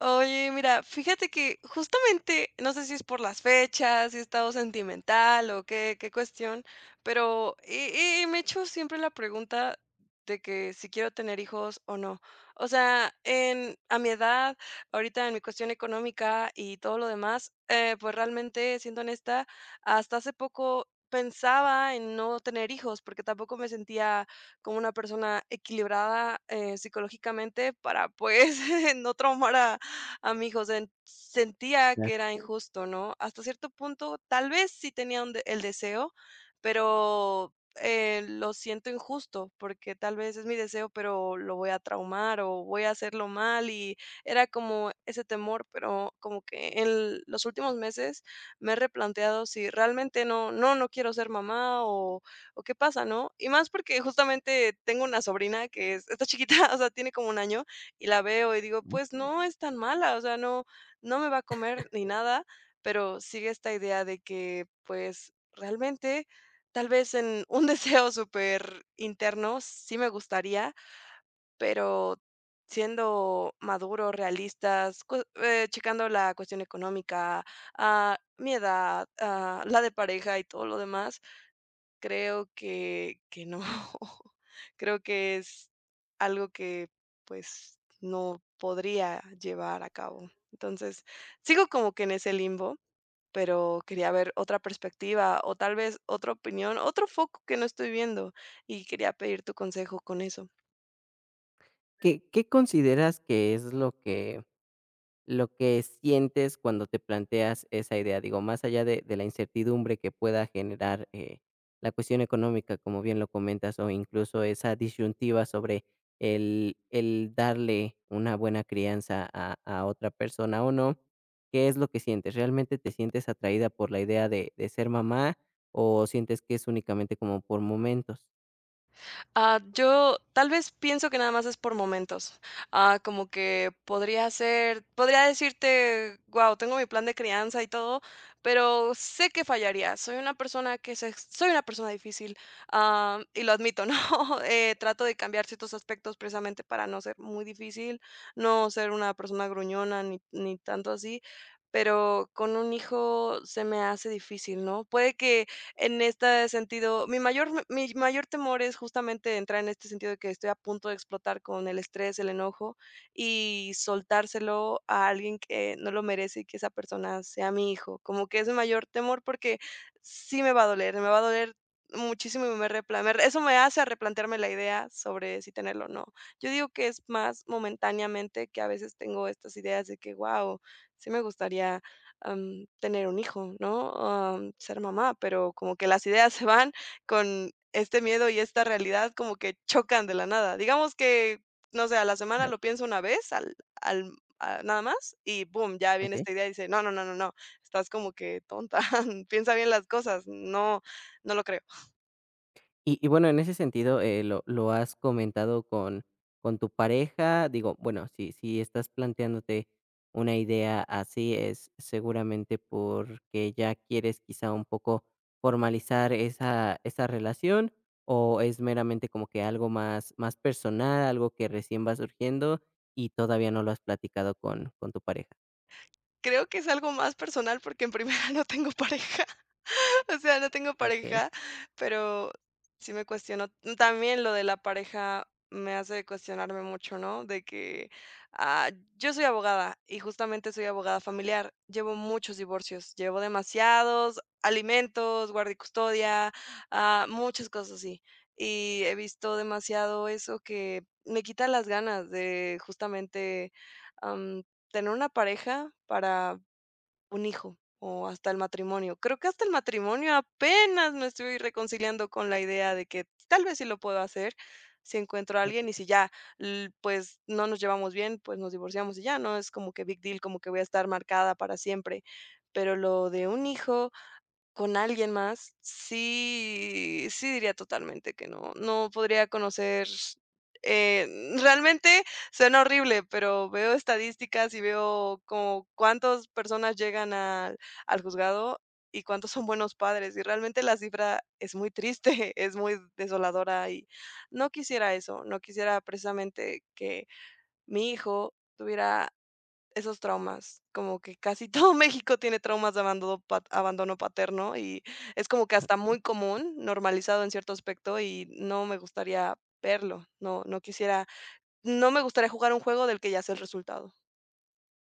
Oye, mira, fíjate que justamente, no sé si es por las fechas, si he estado sentimental o qué cuestión, pero me echo siempre la pregunta de que si quiero tener hijos o no. O sea, a mi edad, ahorita en mi cuestión económica y todo lo demás, pues realmente, siendo honesta, hasta hace poco pensaba en no tener hijos porque tampoco me sentía como una persona equilibrada, psicológicamente para pues no traumar a mi hijo, sentía Ajá. que era injusto, ¿no? Hasta cierto punto, tal vez sí tenía el deseo, pero lo siento injusto, porque tal vez es mi deseo, pero lo voy a traumar o voy a hacerlo mal y era como ese temor, pero como que en los últimos meses me he replanteado si realmente no quiero ser mamá o qué pasa, ¿no? Y más porque justamente tengo una sobrina que es, está chiquita, o sea, tiene como 1 año y la veo y digo: "Pues no es tan mala, o sea, no me va a comer ni nada", pero sigue esta idea de que, pues, realmente, tal vez en un deseo superinterno sí me gustaría, pero siendo maduros, realistas, cue checando la cuestión económica, mi edad, la de pareja y todo lo demás, creo que no. Creo que es algo que, pues, no podría llevar a cabo. Entonces, sigo como que en ese limbo, pero quería ver otra perspectiva o tal vez otra opinión, otro foco que no estoy viendo, y quería pedir tu consejo con eso. ¿Qué consideras que es lo que sientes cuando te planteas esa idea? Digo, más allá de la incertidumbre que pueda generar, la cuestión económica, como bien lo comentas, o incluso esa disyuntiva sobre el darle una buena crianza a otra persona o no, ¿qué es lo que sientes? ¿Realmente te sientes atraída por la idea de ser mamá o sientes que es únicamente como por momentos? Yo tal vez pienso que nada más es por momentos. Como que podría ser, podría decirte, wow, tengo mi plan de crianza y todo, pero sé que fallaría. Soy una persona soy una persona difícil, y lo admito, ¿no? Trato de cambiar ciertos aspectos precisamente para no ser muy difícil, no ser una persona gruñona ni, ni tanto así. Pero con un hijo se me hace difícil, ¿no? Puede que en este sentido, mi mayor temor es justamente entrar en este sentido de que estoy a punto de explotar con el estrés, el enojo y soltárselo a alguien que no lo merece y que esa persona sea mi hijo. Como que es mi mayor temor porque sí me va a doler, me va a doler muchísimo y me repla me re- eso me hace replantearme la idea sobre si tenerlo o no. Yo digo que es más momentáneamente que a veces tengo estas ideas de que, wow, sí me gustaría tener un hijo, ¿no? Ser mamá, pero como que las ideas se van con este miedo y esta realidad como que chocan de la nada. Digamos que, no sé, a la semana Ah, lo pienso una vez, al, nada más, y boom, ya viene okey. esta idea y dice, no, no, no, no, no, estás como que tonta, piensa bien las cosas, no, no lo creo. Y bueno, en ese sentido, ¿lo has comentado con tu pareja? Digo, bueno, si estás planteándote una idea así, es seguramente porque ya quieres quizá un poco formalizar esa relación, o es meramente como que algo más personal, algo que recién va surgiendo y todavía no lo has platicado con tu pareja. Creo que es algo más personal porque en primera no tengo pareja. O sea, no tengo Okey, pareja, pero sí me cuestiono. También lo de la pareja me hace cuestionarme mucho, ¿no? De que ah, yo soy abogada y justamente soy abogada familiar. Llevo muchos divorcios, llevo demasiados alimentos, guardia y custodia, muchas cosas así. Y he visto demasiado eso que me quita las ganas de justamente am, tener una pareja para un hijo o hasta el matrimonio. Creo que hasta el matrimonio apenas me estoy reconciliando con la idea de que tal vez sí lo puedo hacer si encuentro a alguien y okey. si ya, pues no nos llevamos bien, pues nos divorciamos y ya, no es como que big deal, como que voy a estar marcada para siempre. Pero lo de un hijo, con alguien más, sí, sí diría totalmente que no. No podría conocer, eh, realmente suena horrible, pero veo estadísticas y veo como cuántas personas llegan al al juzgado y cuántos son buenos padres, y realmente la cifra es muy triste, es muy desoladora, y no quisiera eso, no quisiera precisamente que mi hijo tuviera esos traumas, como que casi todo México tiene traumas de abandono paterno, y es como que hasta muy común, normalizado en cierto aspecto, y no me gustaría verlo, no me gustaría jugar un juego del que ya sé el resultado.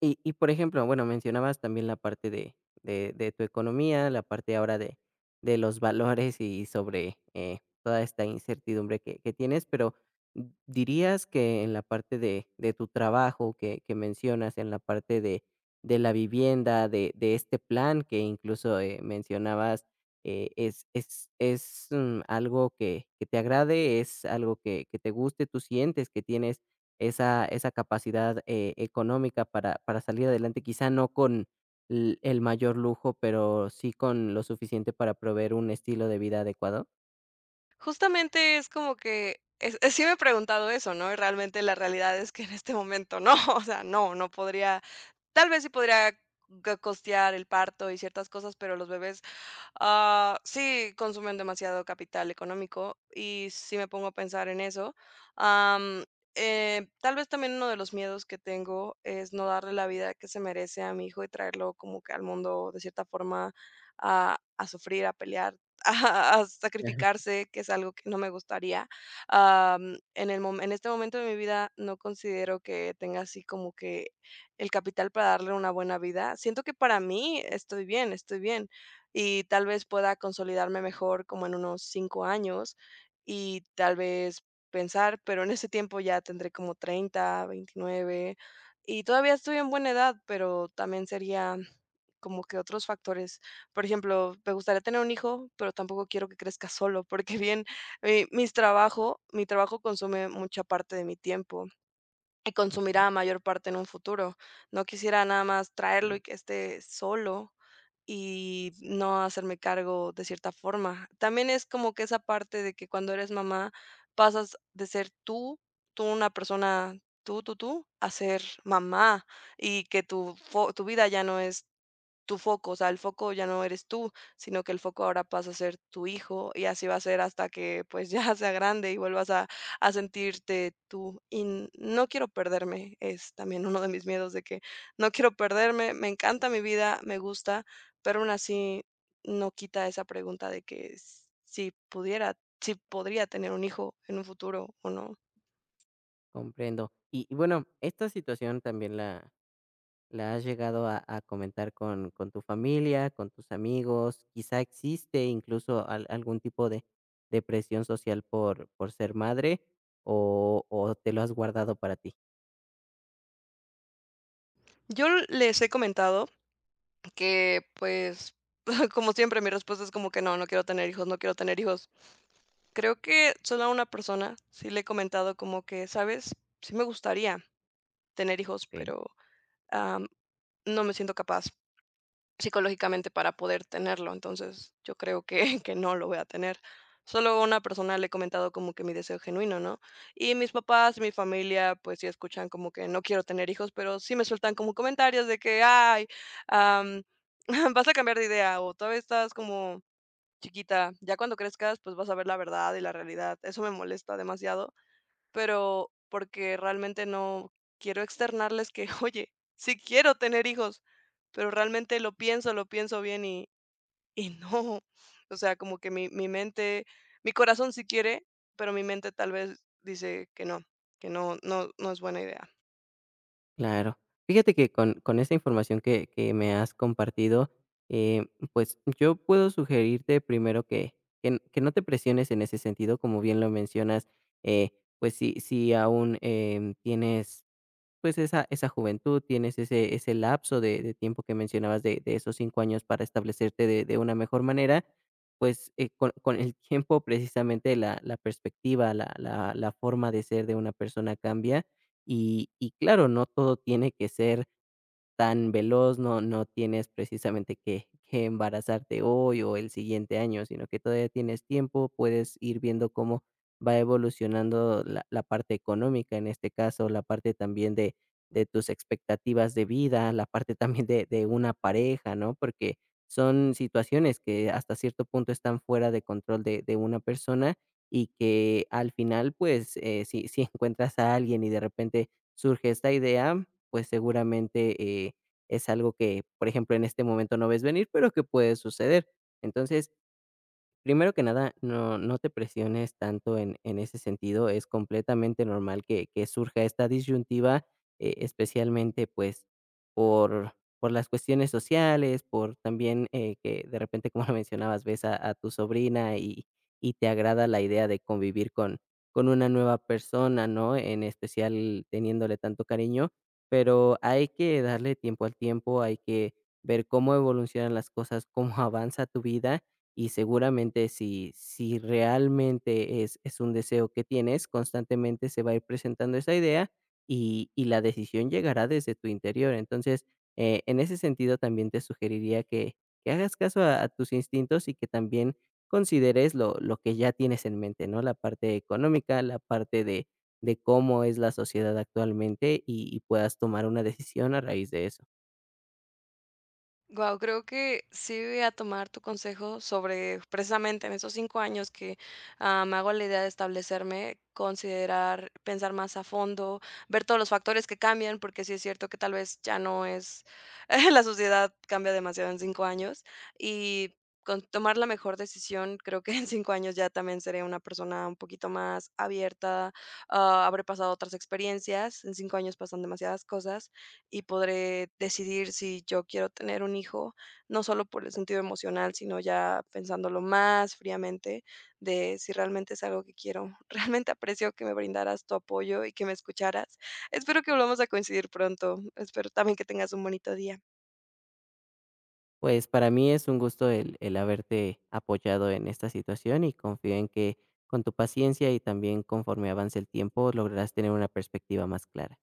Y, por ejemplo, bueno, mencionabas también la parte de de tu economía, la parte ahora de los valores y sobre, toda esta incertidumbre que tienes, pero, ¿dirías que en la parte de tu trabajo que mencionas, en la parte de la vivienda, de este plan que incluso, mencionabas, es, algo que te agrade, es algo que te guste, tú sientes que tienes esa capacidad, económica para salir adelante, quizá no con l el mayor lujo, pero sí con lo suficiente para proveer un estilo de vida adecuado. Justamente es como que es sí me he preguntado eso, ¿no? Y realmente la realidad es que en este momento no, o sea, no, no podría. Tal vez sí podría co costear el parto y ciertas cosas, pero los bebés, sí consumen demasiado capital económico, y sí me pongo a pensar en eso. Am, tal vez también uno de los miedos que tengo es no darle la vida que se merece a mi hijo y traerlo como que al mundo de cierta forma a sufrir, a pelear, a Ajá. sacrificarse, que es algo que no me gustaría. En este momento de mi vida no considero que tenga así como que el capital para darle una buena vida. Siento que para mí estoy bien, estoy bien. Y tal vez pueda consolidarme mejor como en unos 5 años y tal vez pensar, pero en ese tiempo ya tendré como 30 29 y todavía estoy en buena edad, pero también sería como que otros factores. Por ejemplo, me gustaría tener un hijo, pero tampoco quiero que crezca solo, porque bien, mis trabajo mi trabajo consume mucha parte de mi tiempo y Okey, consumirá mayor parte en un futuro. No quisiera nada más traerlo vale, y que esté solo y no hacerme cargo de cierta forma. También es como que esa parte de que cuando eres mamá pasas de ser tú, tú una persona, tú, a ser mamá y que tu vida ya no es tu foco, o sea, el foco ya no eres tú, sino que el foco ahora pasa a ser tu hijo y así va a ser hasta que pues ya sea grande y vuelvas a sentirte tú. Y no quiero perderme, es también uno de mis miedos de que no quiero perderme, me encanta mi vida, me gusta, pero aún así no quita esa pregunta de que si podría tener un hijo en un futuro o no. comprendo. Y bueno, esta situación también la has llegado a comentar con tu familia, con tus amigos, quizá existe incluso al algún tipo de presión social por ser madre, o te lo has guardado para ti. Yo les he comentado que pues... Como siempre, mi respuesta es como que no, no quiero tener hijos, no quiero tener hijos. Creo que solo a una persona sí le he comentado como que, ¿sabes? Sí me gustaría tener hijos, Okey. pero, am, no me siento capaz psicológicamente para poder tenerlo, entonces yo creo que que no lo voy a tener. Solo a una persona le he comentado como que mi deseo genuino, ¿no? Y mis papás, mi familia, pues sí escuchan como que no quiero tener hijos, pero sí me sueltan como comentarios de que: "Ay, am, vas a cambiar de idea", o "Todavía estás como chiquita. Ya cuando crezcas, pues vas a ver la verdad y la realidad". Eso me molesta demasiado, pero porque realmente no quiero externarles que, oye, sí quiero tener hijos, pero realmente lo pienso bien y no. O sea, como que mi mente, mi corazón sí quiere, pero mi mente tal vez dice que no, no, no es buena idea. Claro. Fíjate que con esta información que me has compartido, eh, pues, yo puedo sugerirte primero que n que no te presiones en ese sentido, como bien lo mencionas, eh, pues, si si aún, tienes pues esa juventud, tienes ese lapso de tiempo que mencionabas de esos 5 años para establecerte de una mejor manera, pues, con el tiempo precisamente la perspectiva, la forma de ser de una persona cambia y claro, no todo tiene que ser tan veloz, no tienes precisamente que embarazarte hoy o el siguiente año, sino que todavía tienes tiempo, puedes ir viendo cómo va evolucionando la parte económica, en este caso, la parte también de tus expectativas de vida, la parte también de una pareja, ¿no? Porque son situaciones que hasta cierto punto están fuera de control de una persona y que al final, pues, si si encuentras a alguien y de repente surge esta idea, pues seguramente, es algo que, por ejemplo, en este momento no ves venir, pero que puede suceder. Entonces, primero que nada, no te presiones tanto en ese sentido, es completamente normal que surja esta disyuntiva, especialmente, pues, por las cuestiones sociales, por también, que de repente, como lo mencionabas, ves a tu sobrina y te agrada la idea de convivir con una nueva persona, ¿no? En especial teniéndole tanto cariño, pero hay que darle tiempo al tiempo, hay que ver cómo evolucionan las cosas, cómo avanza tu vida y seguramente si, si realmente es un deseo que tienes, constantemente se va a ir presentando esa idea y la decisión llegará desde tu interior. Entonces, en ese sentido, también te sugeriría que hagas caso a tus instintos y que también consideres lo que ya tienes en mente, ¿no? La parte económica, la parte de cómo es la sociedad actualmente y puedas tomar una decisión a raíz de eso. Wow, creo que sí voy a tomar tu consejo sobre precisamente en esos 5 años que, me hago la idea de establecerme, considerar, pensar más a fondo, ver todos los factores que cambian, porque sí es cierto que tal vez ya no es la sociedad cambia demasiado en 5 años y con tomar la mejor decisión, creo que en 5 años ya también seré una persona un poquito más abierta, habré pasado otras experiencias, en 5 años pasan demasiadas cosas y podré decidir si yo quiero tener un hijo, no solo por el sentido emocional, sino ya pensándolo más fríamente de si realmente es algo que quiero. Realmente aprecio que me brindaras tu apoyo y que me escucharas. Espero que volvamos a coincidir pronto. Espero también que tengas un bonito día. Pues para mí es un gusto el haberte apoyado en esta situación y confío en que con tu paciencia y también conforme avance el tiempo lograrás tener una perspectiva más clara.